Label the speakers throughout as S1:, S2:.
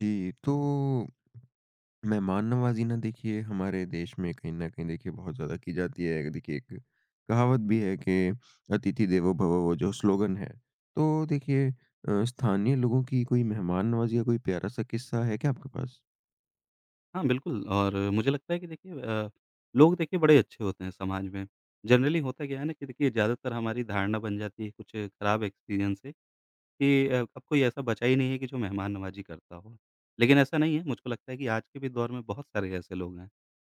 S1: जी, तो मेहमान-नवाज़ी ना देखिए हमारे देश में कहीं न कहीं देखिए बहुत ज़्यादा की जाती है। देखिए एक कहावत भी है कि अतिथि देवो भव वो जो स्लोगन है। तो देखिए स्थानीय लोगों की कोई मेहमान-नवाज़ी या कोई प्यारा-सा किस्सा है क्या आपके पास?
S2: हाँ, बिल्कुल। और मुझे लगता है कि देखिए, लोग देखिए बड़े अच्छे होते हैं समाज में। जनरली होता क्या है ना कि देखिए ज़्यादातर हमारी धारणा बन जाती है कुछ खराब एक्सपीरियंस से कि अब कोई ऐसा बचा ही नहीं है कि जो मेहमान नवाज़ी करता हो। लेकिन ऐसा नहीं है, मुझको लगता है कि आज के भी दौर में बहुत सारे ऐसे लोग हैं,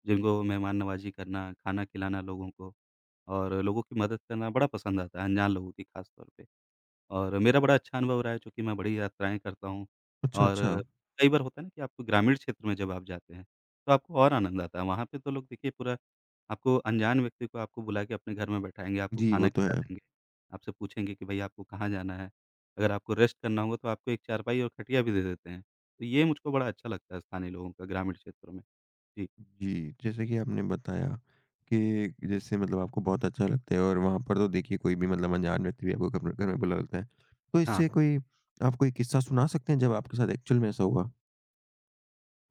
S2: जिनको मेहमान नवाज़ी करना, खाना खिलाना लोगों को और लोगों की मदद करना बड़ा पसंद आता है, अनजान लोगों की ख़ास तौर पे। और मेरा बड़ा अच्छा अनुभव रहा है, चूँकि मैं बड़ी यात्राएँ करता हूँ।
S1: अच्छा,
S2: और
S1: अच्छा।
S2: कई बार होता है ना कि आपको ग्रामीण क्षेत्र में जब आप जाते हैं, तो आपको और आनंद आता है। वहाँ पे तो लोग देखिए पूरा आपको, अनजान व्यक्ति को, आपको बुला के अपने घर में बैठाएँगे, आपको
S1: जी, वो
S2: खाना
S1: तो
S2: खिला
S1: है।
S2: देंगे, आपसे पूछेंगे कि भई आपको कहाँ जाना है? अगर आपको रेस्ट करना होगा तो आपको एक चारपाई और खटिया भी दे देते हैं। तो ये मुझको बड़ा अच्छा लगता है स्थानीय लोगों का ग्रामीण क्षेत्रों में। जी,
S1: जी, जैसे कि आपने बताया कि जैसे मतलब आपको बहुत अच्छा लगता है और वहाँ पर तो देखिए कोई भी मतलब अनजान व्यक्ति भी आपको घर में बुला लेता है। तो
S2: हाँ।
S1: इससे कोई आप कोई किस्सा सुना सकते हैं जब आपके साथ एक्चुअल में ऐसा हुआ?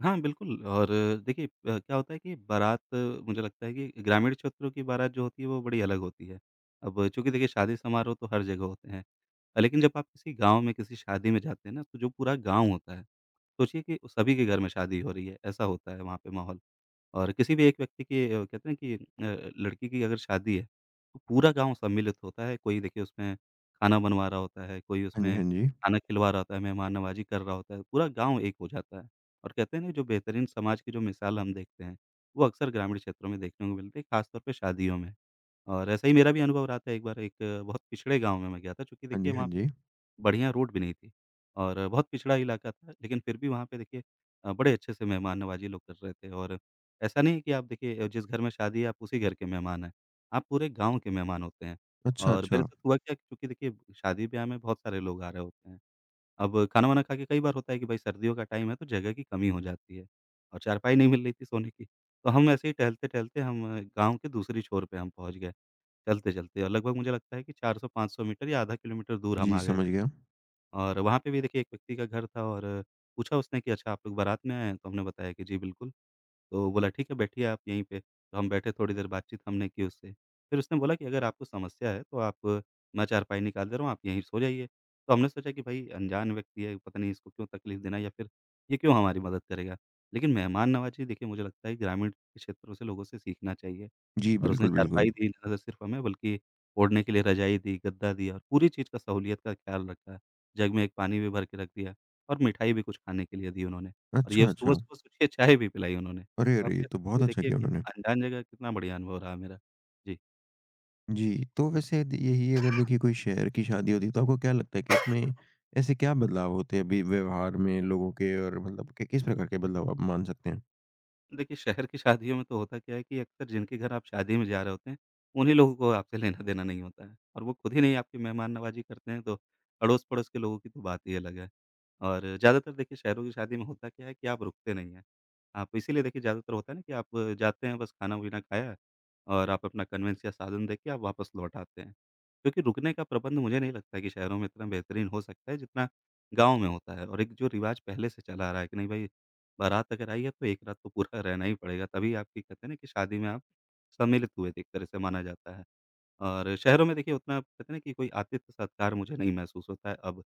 S2: हाँ, बिल्कुल। और देखिए, क्या होता है कि बारात, मुझे लगता है कि ग्रामीण क्षेत्रों की बारात जो होती है वो बड़ी अलग होती है। अब चूँकि देखिए शादी समारोह तो हर जगह होते हैं। लेकिन जब आप किसी गाँव में किसी शादी में जाते हैं ना, तो जो पूरा गाँव होता है, सोचिए कि सभी के घर में शादी हो रही है, ऐसा होता है वहाँ पे माहौल। और किसी भी एक व्यक्ति की, कहते हैं कि लड़की की अगर शादी है, तो पूरा गाँव सम्मिलित होता है। कोई देखिए उसमें खाना बनवा रहा होता है, कोई
S1: हाँ जी,
S2: उसमें
S1: हाँ जी।
S2: खाना खिलवा रहा होता है, मेहमान नवाज़ी कर रहा होता है, पूरा गाँव एक हो जाता है। और कहते हैं ना, जो बेहतरीन समाज की जो मिसाल हम देखते हैं, वो अक्सर ग्रामीण क्षेत्रों में देखने को मिलती है, ख़ासतौर पे शादियों में। और ऐसा ही मेरा भी अनुभव रहा था। एक बार एक बहुत पिछड़े गाँव में मैं गया था, चूँकि
S1: हाँ जी,
S2: देखिए
S1: हाँ
S2: वहाँ पे
S1: जी।
S2: बढ़िया रोड भी नहीं थी और बहुत पिछड़ा इलाका था, लेकिन फिर भी वहाँ पे देखिए बड़े अच्छे से मेहमान-नवाज़ी लोग कर रहे थे। और ऐसा नहीं है कि आप देखिए जिस घर में शादी है, आप उसी घर के मेहमान हैं, आप पूरे गाँव के मेहमान होते हैं।
S1: अच्छा,
S2: और मेरे
S1: अच्छा।
S2: साथ हुआ क्या, क्योंकि देखिए शादी-ब्याह में बहुत सारे लोग आ रहे होते हैं। अब खाना-वाना खा के कई बार होता है कि भाई सर्दियों का टाइम है तो जगह की कमी हो जाती है और चारपाई नहीं मिल रही थी सोने की। तो हम ऐसे ही टहलते-टहलते हम गाँव के दूसरी छोर पे हम पहुँच गए, चलते-चलते, और लगभग मुझे लगता है कि 400-500 मीटर या आधा किलोमीटर दूर हम
S1: जी,
S2: आ गए।
S1: समझ गया।
S2: और वहाँ पे भी देखिए एक व्यक्ति का घर था। और पूछा उसने कि अच्छा आप लोग बारात में आए हैं? तो हमने बताया कि जी बिल्कुल। तो बोला ठीक है बैठिए आप यहीं पे। तो हम बैठे, थोड़ी देर बातचीत हमने की उससे। फिर उसने बोला कि अगर आपको समस्या है तो आप, मैं चारपाई निकाल दे रहा हूँ, आप यहीं सो जाइए। तो हमने सोचा कि भाई अनजान व्यक्ति है, पता नहीं इसको क्यों तकलीफ देना, या फिर ये क्यों हमारी मदद करेगा। लेकिन मेहमान नवाज़ी देखिए मुझे लगता है ग्रामीण के क्षेत्रों से लोगों से सीखना चाहिए।
S1: जी,
S2: और उसने
S1: बिल्कुल,
S2: चारपाई
S1: बिल्कुल।
S2: दी न सिर्फ़ हमें, बल्कि ओढ़ने के लिए रज़ाई दी, गद्दा दिया, और पूरी चीज़ का सहूलियत का ख़्याल रखा। जग में एक पानी भी भर के रख दिया और मिठाई भी कुछ खाने के लिए दी उन्होंने। और
S1: अच्छा,
S2: ये
S1: अच्छा।
S2: सुबह-सुबह सोचिए चाय भी पिलाई उन्होंने।
S1: अरे,
S2: तो आप
S1: अरे! ये
S2: कह
S1: तो
S2: सकते
S1: बहुत
S2: हैं
S1: अच्छा
S2: देखिए
S1: किया
S2: कि
S1: उन्होंने।
S2: अनजान जगह कितना बढ़िया अनुभव रहा मेरा। जी।
S1: जी, तो वैसे द यही अगर देखिए कोई शहर की शादी होती तो आपको क्या लगता है कि इसमें ऐसे क्या बदलाव होते हैं अभी व्यवहार में लोगों के और मतलब कि किस प्रकार के बदलाव आप मान सकते हैं?
S2: देखिए, शहर की शादियों में तो होता क्या है कि अक्सर जिनके घर आप शादी में जा रहे होते हैं, उन्हीं लोगों को आपसे लेना-देना नहीं होता है और वो खुद ही नहीं आपकी मेहमान नवाज़ी करते हैं, तो अड़ोस-पड़ोस के लोगों की तो बात ही अलग है। और ज़्यादातर देखिए शहरों की शादी में होता क्या है कि आप रुकते नहीं हैं। आप इसीलिए देखिए ज़्यादातर होता है ना कि आप जाते हैं, बस खाना-वाना खाया और आप अपना कन्वेंस या साधन देके आप वापस लौट आते हैं। क्योंकि रुकने का प्रबंध मुझे नहीं लगता कि शहरों में इतना बेहतरीन हो सकता है, जितना गाँव में होता है। और एक जो रिवाज़ पहले से चला आ रहा है कि नहीं भाई, बारात अगर आई है तो एक रात तो पूरा रहना ही पड़ेगा, तभी आपकी कहते हैं ना कि शादी में आप सम्मिलित हुए थे एक तरह से माना जाता है। और शहरों में देखिए उतना कहते हैं ना कि कोई आतिथ्य सत्कार मुझे नहीं महसूस होता है अब।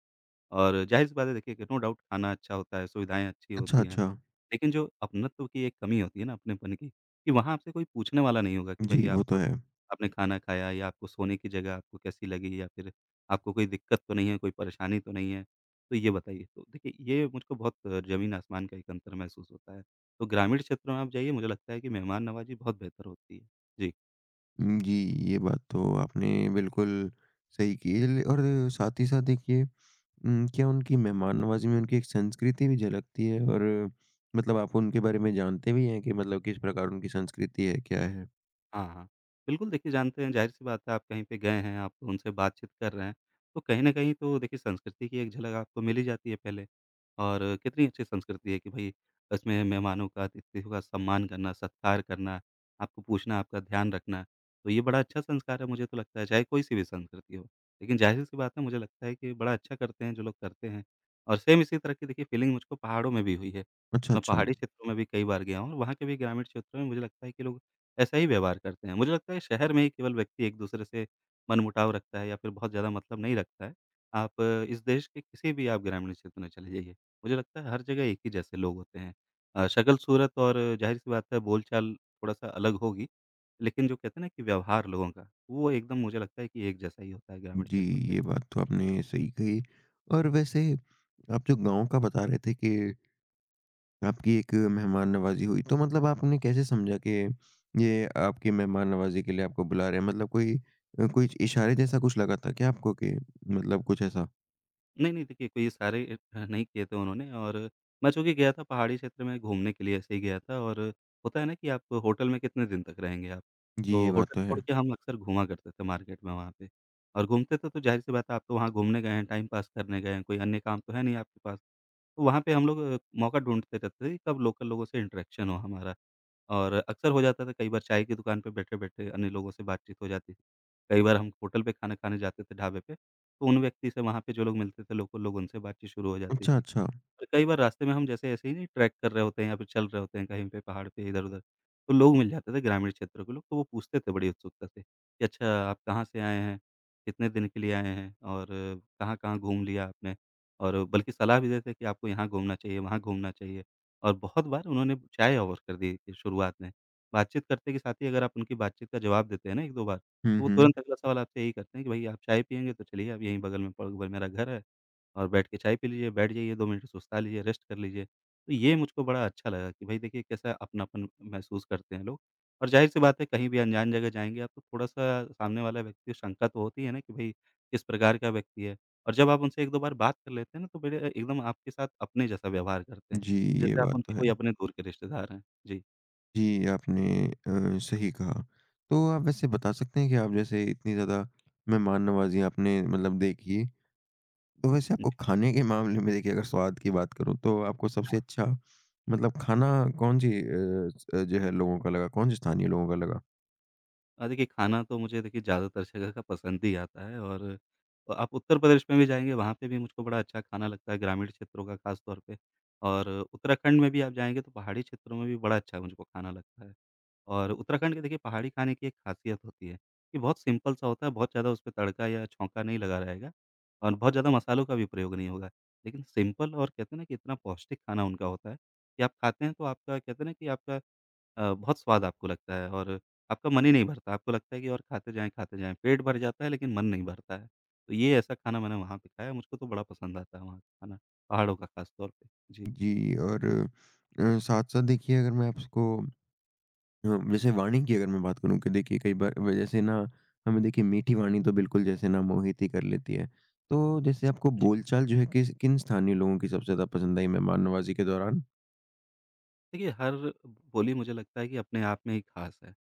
S2: और ज़ाहिर-सी बात है देखिए कि नो डाउट खाना अच्छा होता है, सुविधाएँ अच्छी
S1: अच्छा,
S2: होती हैं,
S1: अच्छा।
S2: लेकिन जो अपनत्व की एक कमी होती है ना, अपनेपन की, कि वहाँ आपसे कोई पूछने वाला नहीं होगा कि भई
S1: जी, वो तो
S2: आप,
S1: है।
S2: आपने खाना खाया, या आपको सोने की जगह आपको कैसी लगी, या फिर आपको कोई दिक्कत तो नहीं है, कोई परेशानी तो नहीं है? तो ये बताइए। तो देखिए, ये मुझको बहुत ज़मीन-आसमान का एक अंतर महसूस होता है। तो ग्रामीण क्षेत्र में आप जाइए, मुझे लगता है कि मेहमान नवाज़ी बहुत बेहतर होती है। जी।
S1: जी, ये बात तो आपने बिल्कुल सही की है और साथ ही साथ देखिए क्या उनकी मेहमान नवाज़ी में उनकी एक संस्कृति भी झलकती है? और मतलब आप उनके बारे में जानते भी हैं कि मतलब किस प्रकार उनकी संस्कृति है, क्या है?
S2: हाँ, हाँ। बिल्कुल, देखिए जानते हैं, ज़ाहिर-सी बात है आप कहीं पे गए हैं, आप उनसे बातचीत कर रहे हैं, तो कहीं न कहीं तो देखिए संस्कृति की एक झलक आपको मिल ही जाती है पहले। और कितनी अच्छी संस्कृति है कि भई इसमें मेहमानों का, अतिथियों का सम्मान करना, सत्कार करना, आपको पूछना, आपका ध्यान रखना। तो ये बड़ा अच्छा संस्कार है मुझे तो लगता है, चाहे कोई-सी भी संस्कृति हो। लेकिन ज़ाहिर-सी बात है मुझे लगता है कि बड़ा अच्छा करते हैं जो लोग करते हैं। और सेम इसी तरह की देखिए फीलिंग मुझको पहाड़ों में भी हुई है।
S1: अच्छा,
S2: मैं
S1: अच्छा।
S2: पहाड़ी क्षेत्रों में भी कई बार गया हूँ और वहाँ के भी ग्रामीण क्षेत्रों में मुझे लगता है कि लोग ऐसा ही व्यवहार करते हैं। मुझे लगता है शहर में ही केवल व्यक्ति एक-दूसरे से मनमुटाव रखता है या फिर बहुत ज़्यादा मतलब नहीं रखता है। आप इस देश के किसी भी आप ग्रामीण क्षेत्र में चले जाइए, मुझे लगता है हर जगह एक ही जैसे लोग होते हैं। शक्ल-सूरत और ज़ाहिर-सी बात है बोलचाल थोड़ा-सा अलग होगी, लेकिन जो कहते हैं ना कि व्यवहार लोगों का, वो एकदम मुझे लगता है कि एक जैसा ही होता है ग्रामीण
S1: जी,
S2: क्षेत्रों के।
S1: ये बात तो आपने सही कही। और वैसे आप जो गाँव का बता रहे थे कि आपकी एक मेहमान नवाज़ी हुई, तो मतलब आपने कैसे समझा कि ये आपकी मेहमान नवाज़ी के लिए आपको बुला रहे हैं? मतलब कोई कोई इशारे जैसा कुछ लगा था क्या आपको कि मतलब कुछ ऐसा?
S2: नहीं, नहीं, देखिए कोई इशारे नहीं किए थे उन्होंने। और मैं चूँकि गया था पहाड़ी क्षेत्र में घूमने के लिए, ऐसे ही गया था। और होता है ना कि आप होटल में कितने दिन तक रहेंगे आप।
S1: जी, ये
S2: तो
S1: बात
S2: होटल
S1: तो
S2: छोड़
S1: है।
S2: के हम अक्सर घूमा करते थे मार्केट में वहाँ पे। और घूमते थे तो ज़ाहिर-सी बात है आप तो वहाँ घूमने गए हैं, टाइम पास करने गए हैं, कोई अन्य काम तो है नहीं आपके पास। तो वहाँ पे हम लोग मौका ढूँढते रहते थे कब लोकल लोगों से इंटरेक्शन हो हमारा। और अक्सर हो जाता था, कई बार चाय की दुकान पे बैठे-बैठे अन्य लोगों से बातचीत हो जाती थी। कई बार हम होटल पे खाना खाने जाते थे ढाबे पे, तो उन व्यक्ति से वहाँ पे जो लोग मिलते थे, लोकल लोग, उनसे बातचीत शुरू हो जाती
S1: अच्छा,
S2: थी।
S1: अच्छा।
S2: और कई बार रास्ते में हम जैसे ऐसे ही नहीं ट्रैक कर रहे होते हैं या फिर चल रहे होते हैं कहीं पे पहाड़ पे इधर-उधर, तो लोग मिल जाते थे, ग्रामीण क्षेत्र के लोग, तो वो पूछते थे बड़ी उत्सुकता से कि अच्छा आप कहाँ से आए हैं? कितने दिन के लिए आए हैं? और कहाँ-कहाँ घूम लिया आपने? और बल्कि सलाह भी देते कि आपको यहाँ घूमना चाहिए, वहाँ घूमना चाहिए। और बहुत बार उन्होंने चाय ऑफ़र कर दी कि शुरुआत में। बातचीत करते के साथ ही अगर आप उनकी बातचीत का जवाब देते हैं ना 1-2 बार,
S1: हुँ,
S2: तो वो
S1: हुँ।
S2: तुरंत अगला सवाल आपसे यही करते हैं कि भाई आप चाय पिएँगे तो चलिए आप यहीं बगल में प ब मेरा घर है और बैठ के चाय पी लीजिए, बैठ जाइए 2 मिनट सुस्ता लीजिए, रेस्ट कर लीजिए। तो ये मुझको बड़ा अच्छा लगा कि भाई देखिए कैसा अपनापन महसूस करते हैं लोग। और ज़ाहिर-सी बात है कहीं भी अनजान जगह जाएँगे आप तो थोड़ा-सा सामने वाला व्यक्ति शंका तो होती है ना कि भाई किस प्रकार का व्यक्ति है। और जब आप उनसे 1-2 बार बात कर लेते हैं ना तो बड़े एकदम आपके साथ अपने जैसा व्यवहार करते हैं।
S1: जी, ये
S2: जैसे आप
S1: बात तो
S2: उनके
S1: है।
S2: कोई अपने दूर के रिश्तेदार हैं। जी।
S1: जी, आपने सही कहा। तो आप वैसे बता सकते हैं कि आप जैसे इतनी ज़्यादा मेहमान-नवाज़ी आपने मतलब देखी, है, तो वैसे
S2: जी,
S1: आपको खाने के मामले में देखिए अगर स्वाद की बात करूँ तो आपको सबसे
S2: हाँ।
S1: अच्छा मतलब खाना कौन-सी अ, स जो है लोगों का लगा, कौन-से स्थानीय लोगों का लगा?
S2: देखिए खाना तो मुझे देखिए ज़्यादातर जगह का पसंद ही आता है। और आप उत्तर प्रदेश में भी जाएँगे वहाँ पे भी मुझको बड़ा अच्छा खाना लगता है ग्रामीण क्षेत्रों का ख़ास तौर पे। और उत्तराखंड में भी आप जाएँगे तो पहाड़ी क्षेत्रों में भी बड़ा अच्छा मुझको खाना लगता है। और उत्तराखंड के देखिए पहाड़ी खाने की एक ख़ासियत होती है कि बहुत सिंपल सा होता है, बहुत ज़्यादा उसपे तड़का या छौंका नहीं लगा रहेगा और बहुत ज़्यादा मसालों का भी प्रयोग नहीं होगा। लेकिन सिंपल और कहते हैं ना कि इतना पौष्टिक खाना उनका होता है कि आप खाते हैं तो आपका कहते हैं ना कि आपका बहुत स्वाद आपको लगता है। और आपका मन ही नहीं भरता, आपको लगता है कि और खाते जाएँ, खाते जाएँ। पेट भर जाता है लेकिन मन नहीं भरता है। तो ये ऐसा खाना मैंने वहाँ पे खाया, मुझको तो बड़ा पसंद आता है वहाँ का खाना, पहाड़ों का ख़ास तौर पे। जी।
S1: जी और साथ-साथ देखिए अगर मैं आपको हाँ, वैसे वाणी की अगर मैं बात करूँ कि देखिए कई बार व जैसे ना हमें देखिए मीठी वाणी तो बिल्कुल जैसे ना मोहित ही कर लेती है। तो जैसे आपको
S2: जी।
S1: बोलचाल जो है किस किन स्थानीय लोगों की सबसे ज़्यादा पसंद आई मेहमान नवाज़ी के दौरान?
S2: देखिए, हर बोली मुझे लगता है कि अपने आप में ही ख़ास है।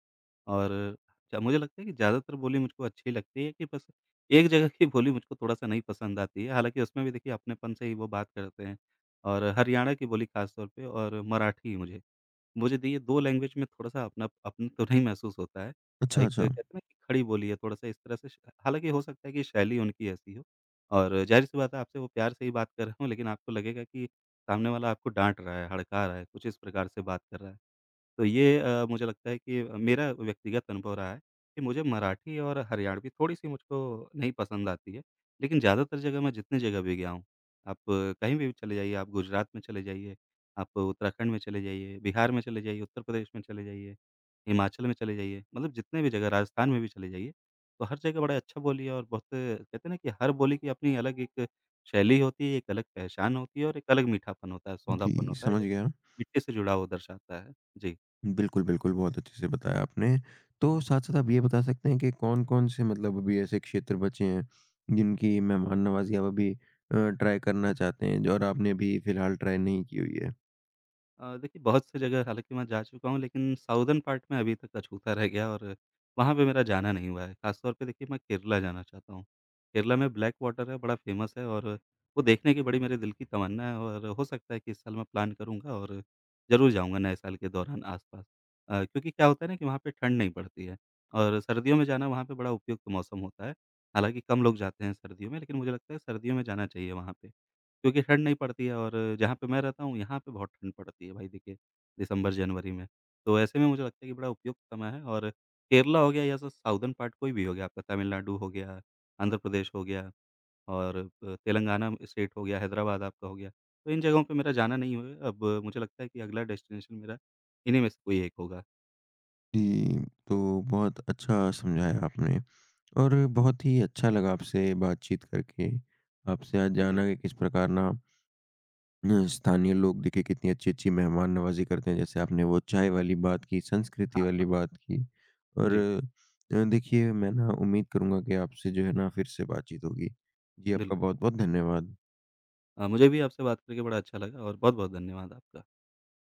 S2: और च मुझे लगता है कि ज़्यादातर बोली मुझको अच्छी लगती है कि बस एक जगह की बोली मुझको थोड़ा-सा नहीं पसंद आती है। हालाँकि उसमें भी देखिए अपनेपन से ही वो बात करते हैं। और हरियाणा की बोली ख़ास तौर पे और मराठी मुझे मुझे देखिए 2 लैंग्वेज में थोड़ा-सा अपन तो नहीं महसूस होता है।
S1: अच्छा,
S2: एक
S1: अच्छा।
S2: कहते हैं ना कि खड़ी बोली है थोड़ा-सा इस तरह से श हालाँकि हो सकता है कि शैली उनकी ऐसी हो और ज़ाहिर-सी बात है आपसे वो प्यार से ही बात कर रहे हों लेकिन आपको लगेगा कि सामने वाला आपको डाँट रहा है, हड़का रहा है, कुछ इस प्रकार से बात कर रहा है। तो ये मुझे लगता है कि मेरा व्यक्तिगत अनुभव रहा है कि मुझे मराठी और हरियाणवी थोड़ी-सी मुझको नहीं पसंद आती है। लेकिन ज़्यादातर जगह मैं जितनी जगह भी गया हूँ, आप कहीं भी चले जाइए, आप गुजरात में चले जाइए, आप उत्तराखंड में चले जाइए, बिहार में चले जाइए, उत्तर प्रदेश में चले जाइए, हिमाचल में चले जाइए, मतलब जितने भी जगह राजस्थान में भी चले जाइए, तो हर जगह बड़ा अच्छा बोली है और बहुत कहते हैं ना कि हर बोली की अपनी अलग एक शैली होती है, एक अलग पहचान होती है और एक अलग मीठापन होता है, सौंधापन
S1: जी,
S2: होता है,
S1: समझ
S2: जो
S1: गया।
S2: मिट्टी से जुड़ाव दर्शाता है। जी।
S1: बिल्कुल, बिल्कुल, बहुत अच्छे से बताया आपने। तो साथ-साथ आप ये बता सकते हैं कि कौन-कौन से मतलब अभी ऐसे क्षेत्र बचे हैं जिनकी मेहमान नवाज़ी आप अभी ट्राई करना चाहते हैं जो और आपने अभी फ़िलहाल ट्राई नहीं की हुई है?
S2: देखिए बहुत सी जगह हालाँकि मैं जा चुका हूँ लेकिन साउदर्न पार्ट में अभी तक अछूता रह गया और वहाँ पे मेरा जाना नहीं हुआ है। ख़ासतौर पे देखिए मैं केरला जाना चाहता हूँ। केरला में ब्लैक वाटर है, बड़ा फ़ेमस है और वो देखने की बड़ी मेरे दिल की तमन्ना है और हो सकता है कि इस साल मैं प्लान करूँगा और ज़रूर जाऊँगा नए साल के दौरान आस-पास। क्योंकि क्या होता है ना कि वहाँ पे ठंड नहीं पड़ती है और सर्दियों में जाना वहाँ पे बड़ा उपयुक्त मौसम होता है। हालाँकि कम लोग जाते हैं सर्दियों में लेकिन मुझे लगता है सर्दियों में जाना चाहिए वहाँ पे। क्योंकि ठंड नहीं पड़ती है और जहाँ पे मैं रहता हूँ, यहाँ पे बहुत ठंड पड़ती है भाई देखिए, दिसंबर-जनवरी में। तो ऐसे में मुझे लगता है कि बड़ा उपयुक्त समय है। और केरला हो गया या स साउदर्न पार्ट कोई भी हो गया, आपका तमिलनाडु हो गया, आंध्र प्रदेश हो गया और तेलंगाना स्टेट हो गया, हैदराबाद आपका हो गया। तो इन जगहों पे मेरा जाना नहीं हुआ है, अब मुझे लगता है कि अगला डेस्टिनेशन मेरा इन्हीं में से कोई एक होगा।
S1: जी, तो बहुत अच्छा समझाया आपने। और बहुत ही अच्छा लगा आपसे बातचीत करके। आपसे आज
S2: जी।
S1: जाना कि किस प्रकार ना स्थानीय लोग देखिए कितनी अच्छी-अच्छी मेहमान नवाज़ी करते हैं। जैसे आपने वो चाय वाली बात की, संस्कृति
S2: हाँ,
S1: वाली
S2: हाँ।
S1: बात की और
S2: जी,
S1: देखिए मैं ना उम्मीद करूँगा कि आपसे जो है ना फिर से बातचीत होगी। जी, आपका
S2: बिल्कुल।
S1: बहुत-बहुत धन्यवाद।
S2: मुझे भी आपसे बात करके बड़ा अच्छा लगा और बहुत-बहुत धन्यवाद आपका।